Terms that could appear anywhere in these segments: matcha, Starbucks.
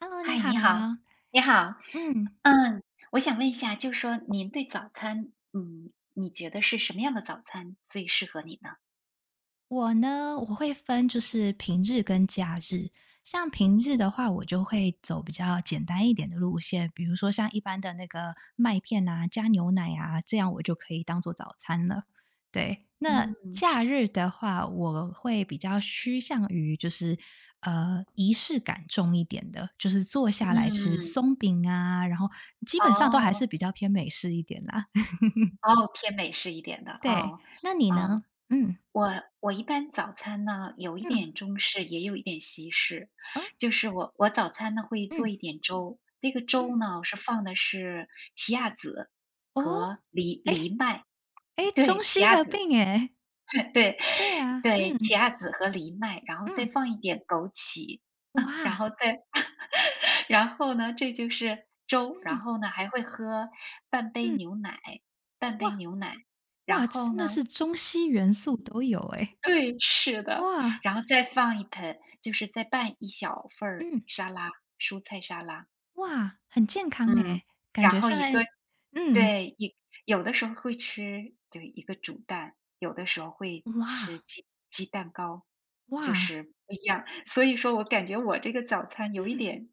Hello，你嗨，好。你好，你好，嗯，嗯，我想问一下，就说您对早餐，你觉得是什么样的早餐最适合你呢？我呢，我会分就是平日跟假日。像平日的话，我就会走比较简单一点的路线，比如说像一般的那个麦片啊，加牛奶啊，这样我就可以当做早餐了。对，那嗯假日的话，我会比较趋向于就是仪式感重一点的，就是坐下来吃嗯，松饼啊，然后基本上都还哦是比较偏美式一点啦。哦，偏美式一点的，对，哦那你哦，呢？嗯我我一般早餐呢，有一嗯。点中式，也有一点西式，嗯，就是我早餐呢会嗯，做一点粥，那个嗯，粥呢是放的是奇亚籽哦，和藜哎藜麦，哎诶，对，中奇西亚合籽。并诶，对，对啊，对，奇嗯，亚籽和藜麦，然后再嗯，放一点枸杞，然哇，后再 然后呢，这就是粥，然嗯，后呢，还会喝半杯嗯，牛奶半杯哇，牛奶，然哇，后真的呢 是中西元素都有诶，对，是的，哇，然后再放一盆就是再拌一小份儿嗯，沙拉，蔬菜沙拉，哇，很健康嗯，诶，感然觉后上一个诶，嗯，对，一有的时候会吃就一个煮蛋，有的时候会哇，吃鸡蛋糕，就哇，是不一样。所以说我感觉我这个早餐有一嗯，点，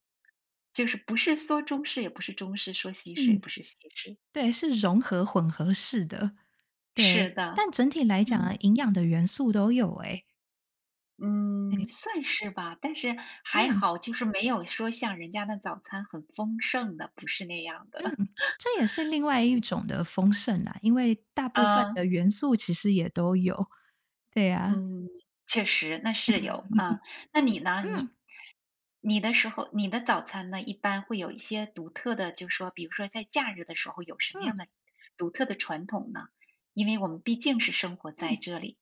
就是不是说中式，也不是中式，说西式也嗯，不是西式。对，是融合混合式的，对，是的，但整体来讲嗯。啊，营养的元素都有诶，嗯，对，算是吧，但是还嗯。好，就是没有说像人家的早餐很丰盛的，不是那样的，嗯，这也是另外一种的丰盛啦，因为大 部分嗯。的元素其实也都有。对呀，嗯，确实，那是有，啊。那你呢？啊嗯你你的时候你的早餐呢，一般会有一些独特的，就说比如说在假日的时候有什么样嗯的独特的传统呢？因为我们毕竟是生活在嗯。这里。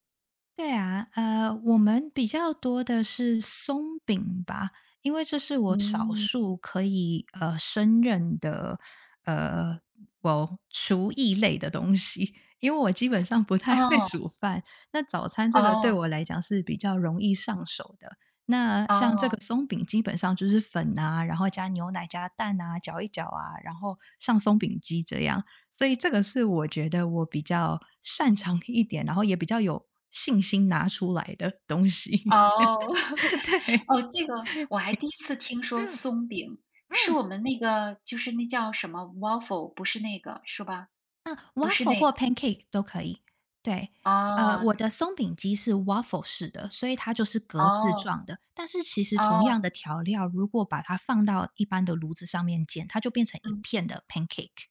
对啊，我们比较多的是松饼吧，因为这是我少嗯，数可以胜任的呃，我厨艺类的东西，因为我基本上不太会哦，煮饭，那早餐这个对哦，我来讲是比较容易上手的。那像这个哦，松饼，基本上就是粉啊，然后加牛奶、加蛋啊，搅一搅啊，然后上松饼机这样。所以这个是我觉得我比较擅长一点，然后也比较有信心拿出来的东西。哦 对。哦，这个我还第一次听说嗯松饼，是我嗯，们那个就是那叫什么 waffle，不是那个，是吧？那 w 不 a f 是 f l e 那或 个，pancake 都可以。对，哦，我的松饼机是 waffle 式的，所以它就是格子哦，状的。但是其实同样哦，的调料，如果把它放到一般的炉子上面煎，它就变成一嗯。片的 pancake。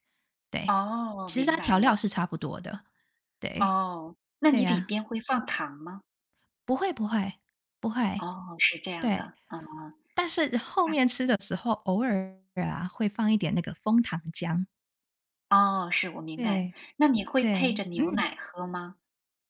对，哦，其实明它白调料了。是差不多的。对，哦，那对你里呀，边会放糖吗？不会不会不会，哦，是这样对。的，嗯嗯但是后啊面吃的时候，偶尔啊会放一点那个枫糖浆。哦，是，我明白。对那你会配对，着牛嗯，奶喝吗？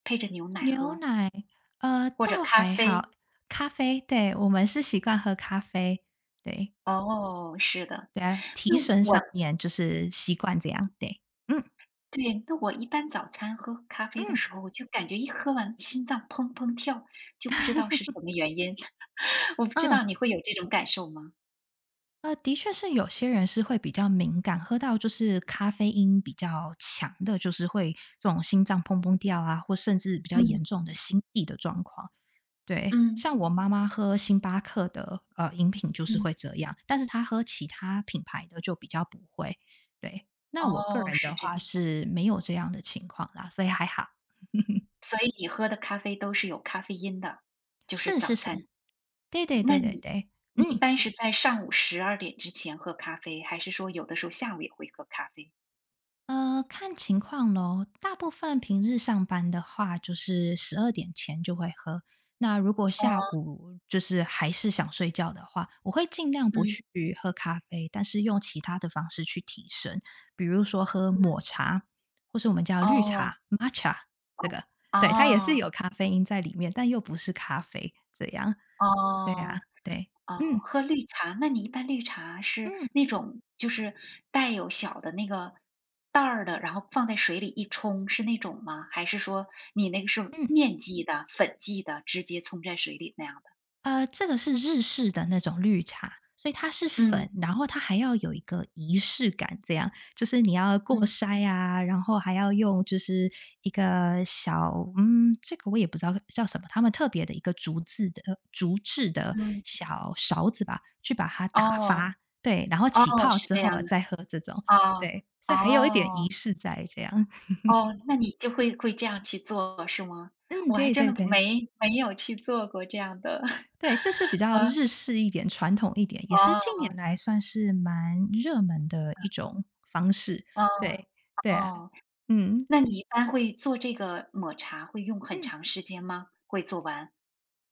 配着牛奶牛喝，奶，或者倒咖还啡？好。咖啡，对，我们是习惯喝咖啡。对哦，是的。对啊，那提神我上面就是习惯这样。对，嗯对，那我一般早餐喝咖啡的嗯时候，我就感觉一喝完心脏砰砰跳，就不知道是什么原因。我不知嗯，道你会有这种感受吗？的确是有些人是会比较敏感，喝到就是咖啡因比较强的，就是会这种心脏砰砰跳啊，或甚至比较严嗯重的心悸的状况。对，嗯像我妈妈喝星巴克的，饮品就是嗯，会这样，但是她喝其他品牌的就比较不会。对，那我个哦，人是的这样。话是没有这样的情况啦，所以还好。所以你喝的咖啡都是有咖啡因的，就是是是早餐。是。对对那对对你对，你嗯。一般是在上午十二点之前喝咖啡，还是说有的时候下午也会喝咖啡？看情况咯，大部分平日上班的话，就是十二点前就会喝。那如果下午就是还是想睡觉的话，我会尽量不嗯，去喝咖啡，但是用其他的方式去提神，比如说喝抹茶，或是我们叫绿哦，茶 （matcha） 这哦，个，对，它也是哦，有咖啡因在里面，但又不是咖啡，这样。对啊，哦，对，哦，嗯，喝绿茶，那你一般绿茶是嗯，那种就是带有小的那个袋儿的，然后放在水里一冲，是那种吗？还是说你那个是嗯。面剂的、粉剂的，直接冲在水里那样的？这个是日式的那种绿茶，所以它是粉，嗯，然后它还要有一个仪式感，这样就是你要过嗯，筛啊，然后还要用就是一个小这个我也不知道叫什么，他们特别的一个竹制的嗯，小勺子吧，去把它打哦。发，对，然后哦，起泡是之这后样啊的，再喝这种，哦，对，所以还有一点哦，仪式在这样，哦，那你就会这样去做是吗？嗯，我还对真对的不对。没没有去做过这样的，对，这是比较日式一点、传统一点，也是近哦，年来算是蛮热门的一种方式。哦，对，对啊，哦，嗯，那你一般会做这个抹茶会用很嗯，长时间吗？会做完？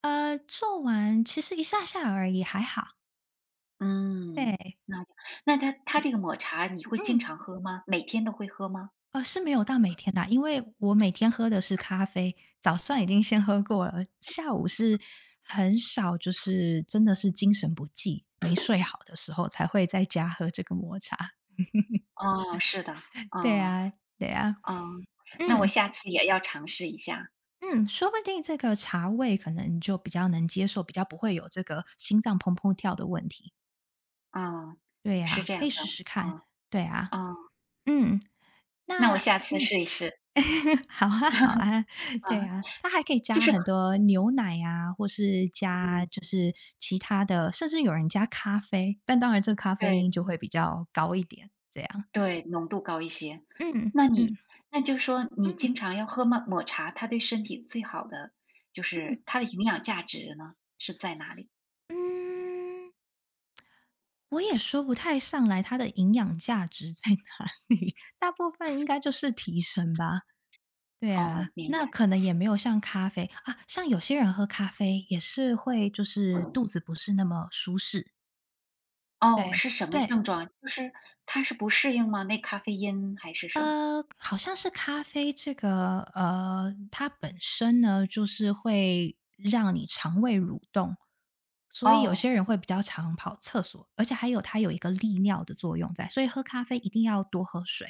做完其实一下下而已，还好。嗯，对，那就那它这个抹茶你会经嗯，常喝吗？每天都会喝吗？是没有到每天啦，因为我每天喝的是咖啡，早上已经先喝过了，下午是很少，就是真的是精神不济、没睡好的时候才会在家喝这个抹茶。哦，是的，对哦，啊，对啊，哦，那我嗯。下次也要尝试一下，嗯，说不定这个茶味可能你就比较能接受，比较不会有这个心脏砰砰跳的问题。嗯，对是呀，这可样以的，试试看。嗯，对啊，嗯，嗯，那我那下次嗯，试一试。好啊，好 啊，啊，对啊，它还可以就加是很多牛奶啊，或是加就很是其他的，甚至有人加咖啡，但当然这个咖啡对因就会比较高一点，这样。对，浓度高一些。嗯那你嗯那就说你嗯经常要喝抹茶，它对身体最好的就是嗯它的营养价值呢，是在哪里？嗯。我也说不太上来它的营养价值在哪里，大部分应该就是提神吧。对哦，啊，明那白。可能也没有像咖啡啊，像有些人喝咖啡也是会就是肚子不是那么舒适。哦，对，是什么对，症状？就是它是不适应吗？那咖啡因还是什么？好像是咖啡这个，它本身呢，就是会让你肠胃蠕动，所以有哦些人会比较常跑厕所，而且还有它有一个利尿的作用在，所以喝咖啡一定要多喝水。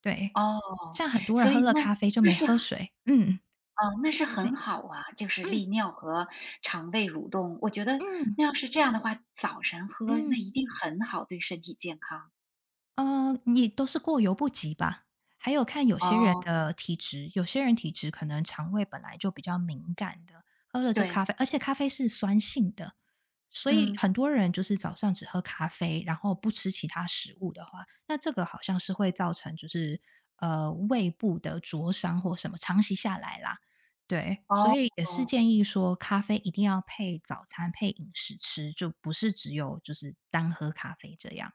对，哦，像很多人所喝以了那咖啡就那没是喝水，嗯，哦，那是对，很好啊，就是嗯，利尿和肠胃蠕动。我觉得嗯，那要是这样的话，早晨喝嗯。那一定很好，对身体健康。嗯，你都是过犹不及吧。还有看有些人哦，的体质，有些人体质可能肠胃本来就比较敏感的，喝了这咖对，啡，而且咖啡是酸性的，所以嗯。很多人就是早上只喝咖啡，然后不吃其他食物的话，那这个好像是会造成就是胃部的灼伤或什么，长期下来啦。对，所哦，以也是建议说，咖啡一定要配早餐、配饮食吃，就不是只有就是单喝咖啡这样。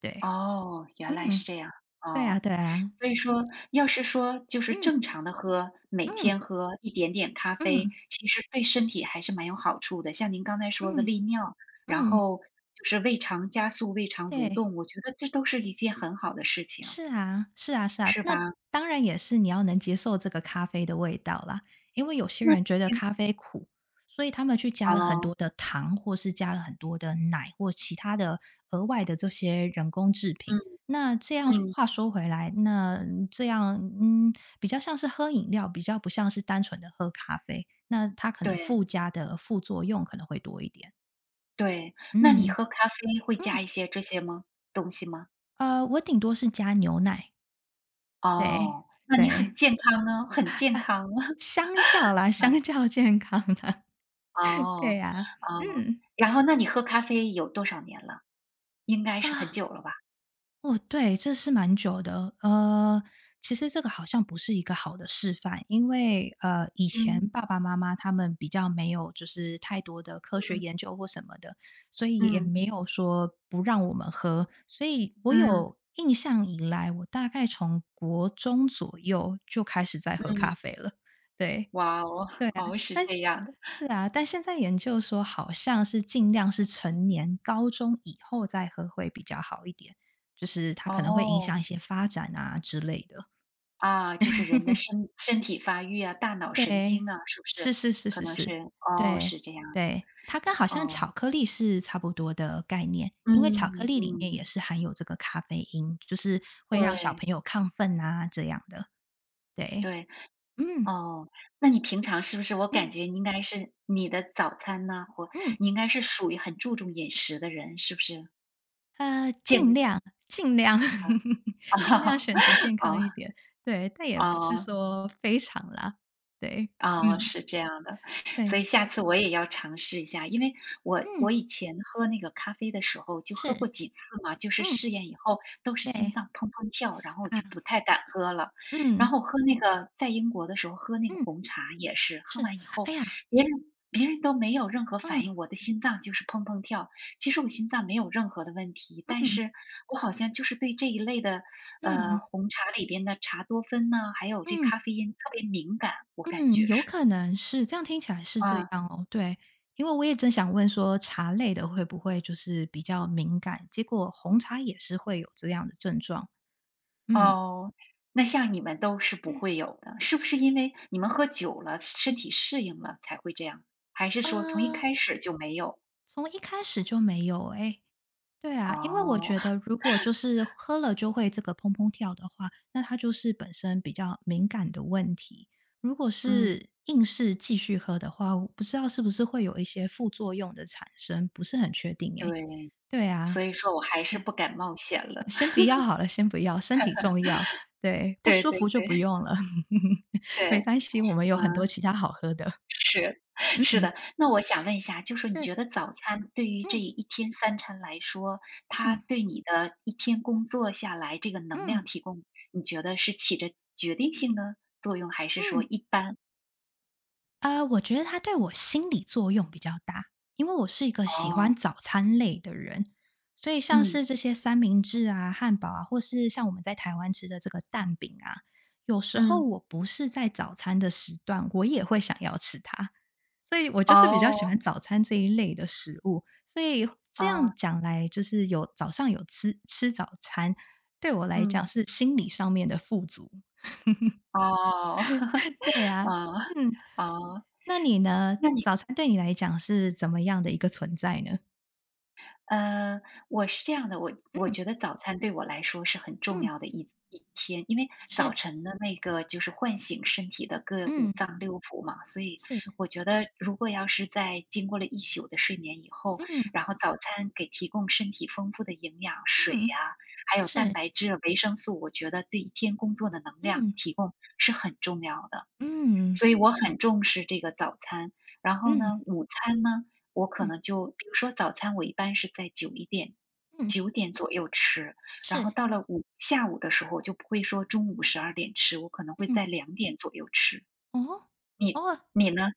对，哦，原来嗯。是这样，对啊哦，对啊，所以说要是说就是嗯正常的喝，每天嗯喝一点点咖啡，嗯其实对身体还是蛮有好处的。像您刚才嗯说的嗯利尿，然嗯，后就是胃肠加速、胃肠蠕对，动，我觉得这都是一件很好的事情，是啊是啊是啊。是吧？那当然也是你要能接受这个咖啡的味道啦，因为有些那人觉得健咖啡苦，所以他们去加康了很哦多的糖，或是加了很多的奶，或其他的额外的这些人工制品。嗯。那这样嗯，话说回来，那这样，嗯，比较像是喝饮料，比较不像是单纯的喝咖啡，那它可能对，附加的副作用可能会多一点。对，那你嗯，喝咖啡会加嗯，一些这些吗东西吗？我顶多是加牛奶，对，哦，那你对，很健康呢，很啊健啊康。嗯，相较健康啦，对哦，呀，哦，嗯，然后那你喝咖啡有多少年了？应该是很啊。久了吧？哦，对，这是蛮久的。其实这个好像不是一个好的示范，因为以前嗯，爸爸妈妈他们比较没有就是太多的科学嗯，研究或什么的，所以也嗯，没有说不让我们喝。所以我嗯，有印象以来，我大概从国中左右就开始在喝咖嗯，啡了。对，哇哦，对啊，哦，是但这样的。是啊，但现在研究说好像是尽量是成年高中以后再喝会比较好一点，就是它可能会影哦，响一些发展啊之类的。啊，就是人的身体发育啊，大脑神对，经啊，是不是？是是是可是能是，是，哦，对是这样，对，它跟好像哦，巧克力是差不多的概念，因为巧克嗯，力里面也嗯，是含有这个咖啡因，就是会让小对，朋友亢奋啊这样的。对，对。嗯哦，那你平常是不是我感嗯觉应该是你的早餐呢，或嗯。你应该是属于很注重饮食的人，是不是？呃，尽健 量尽量 啊尽量选择健康一啊点，对，但也啊 不 是哦说非常啦，对，哦，嗯，是这样的，所对，以下次我也要尝试一下，因为我嗯，我以前喝那个咖啡的时候就喝是，过几次嘛，就是嗯，试验以后都是心对，脏砰砰跳，然后我啊，就不太敢喝了。然嗯，后喝那个在英国的时候喝那个嗯，红茶也是，喝是，完以后哎呀，别人别人都没有任何反嗯，应，我的心脏就是砰砰跳，其实我心脏没有任何的问题，但嗯，是我好像就是对这一类的，嗯，红茶里边的茶多酚呐，还有这嗯，咖啡因特别敏感，我感嗯，觉有是。可能是，这样听起来是这啊，样哦，对，因为我也正想问说茶类的会不会就是比较敏感，结果红茶也是会有这样的症状，嗯，哦，那像你们都是不嗯，会有的，是不是因为你们喝久了，身体适应了才会这样？还是说从一呃。开始就没有？从一开始就没有哎，对啊，因为我哦，觉得 如果就是喝了就会这个砰砰跳的话，那它就是本身比较敏感的问题。如果嗯，是硬是继续喝的话，我不知道是不是会有一些副作用的产生，不是很确定哎。对，对啊，所以说我还是哎，不敢冒险了。先不 要好了，先不要，身体重要。对，不对对舒服就不对，用了，对，没关系，我们有很嗯。多其他好喝的。是，嗯是嗯，的。那我想问一下，就是你是，觉得早餐对于这嗯一天三餐来说，它嗯对你的一天工作下来这个能嗯量提供，你觉得是起着决定性的作用，还是说嗯。一般？我觉得它对我心理作用比较大，因为我是一个喜欢哦，早餐类的人，所以像嗯是这些三明治啊、汉堡啊，或是像我们在台湾吃的这个蛋饼啊，有时候嗯，我不是在早餐的时段，我也会想要吃它，所以我就是比较哦，喜欢早餐这一类的食物，所以这样啊，讲来，就是有早上有吃吃早餐，对我来讲嗯，是心理上面的富足。哦，对哦，啊，嗯。哦，那你呢？那你早餐对你来讲是怎么样的一个存在呢？呃，我是这样的，我嗯觉得早餐对我来说是很重嗯，要的一天，因为是，早晨的那个就是唤醒身体的各五嗯脏六腑嘛，所以是，我觉得如果要是在经过了一宿的睡眠以后，嗯然后早餐给提供身体丰富的营养、水嗯呀、还有蛋是，白质、维生素，我觉得对一天工作的能量嗯提供是很重要的。嗯所以我很重视这个早餐。然后嗯呢，午餐呢，我可嗯能就比如说早餐我一般是在九一点、嗯九点左右吃，然后是，到了午下午的时候，我就不会说中午十二点吃，我可能会嗯在两点左右吃。哦你哦，你呢？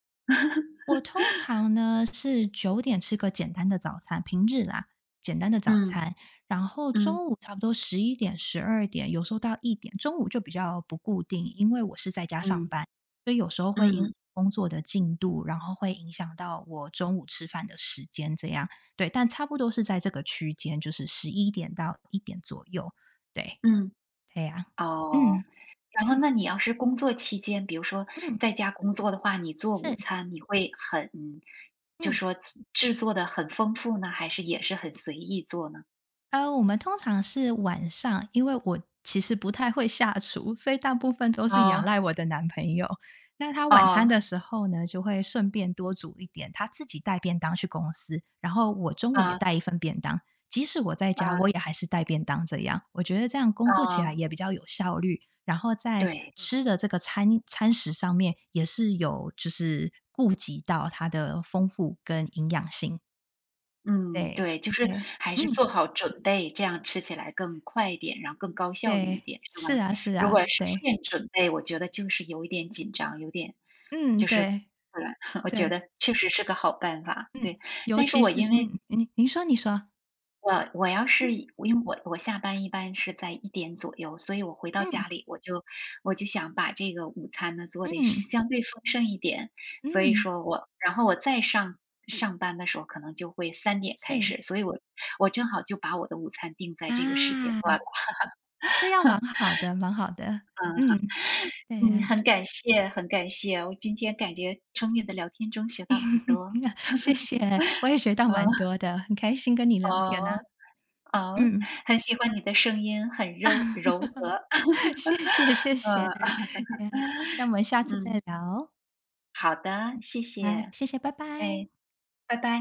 我通常呢是9点吃个简单的早餐，平日啦，简单的早嗯，餐，然后嗯，中午差不多十一点、十二点，有时候到一点，中午就比较不固定，因为我是在家上嗯，班，所以有时候会因为嗯，工作的进度，然后会影响到我中午吃饭的时间，这样对，但差不多是在这个区间，就是十一点到一点左右，对，嗯，对呀、哦。嗯然后嗯那你要是工作期间，比如说嗯，在家工作的话，你做午是，餐你会很就嗯。说制作的很丰富呢，还是也是很随意做呢？我们通常是晚上，因为我其实不太会下厨，所以大部分都是仰哦，赖我的男朋友。那他晚餐哦，的时候呢，就会顺便多煮一点，他自己带便当去公司，然后我中午也啊带一份便当。即使我在家，啊我也还是带便当这样。我觉得这样工作起哦，来也比较有效率，然后在对，吃的这个餐食上面也是有就是顾及到它的丰富跟营养性。嗯，对对，就是对，还是嗯。做好准备，这样吃起来更快一点，然后更高效率一对，点，是吧？是啊是如果啊，是对，现准备，我觉得就是有一点紧张，有点嗯，就是，对，我觉对，得确实是个好办法，嗯，对。尤但是其我是因为嗯，您您说你说，我我要是一因为我下班一般是在一点左右，所以我回到家嗯里，我就想把这个午餐呢做嗯的嗯相对丰盛一点。所以嗯，说我然后我再上班的时候可能就会三点开是，始，所以我我正好就把我的午餐定在这个时间段了。啊，这样蛮好的蛮好的，嗯，对嗯，嗯，啊，很感谢，我今天感觉从你的聊天中学到了很多。谢谢，我也学到嗯，蛮多的，很开心跟你聊哦，天啊，哦，嗯，很喜欢你的声音，很柔和。谢谢谢 谢，嗯，那那我们下次再嗯。聊哦，好的，谢好，谢，谢谢，拜拜。哎，拜拜。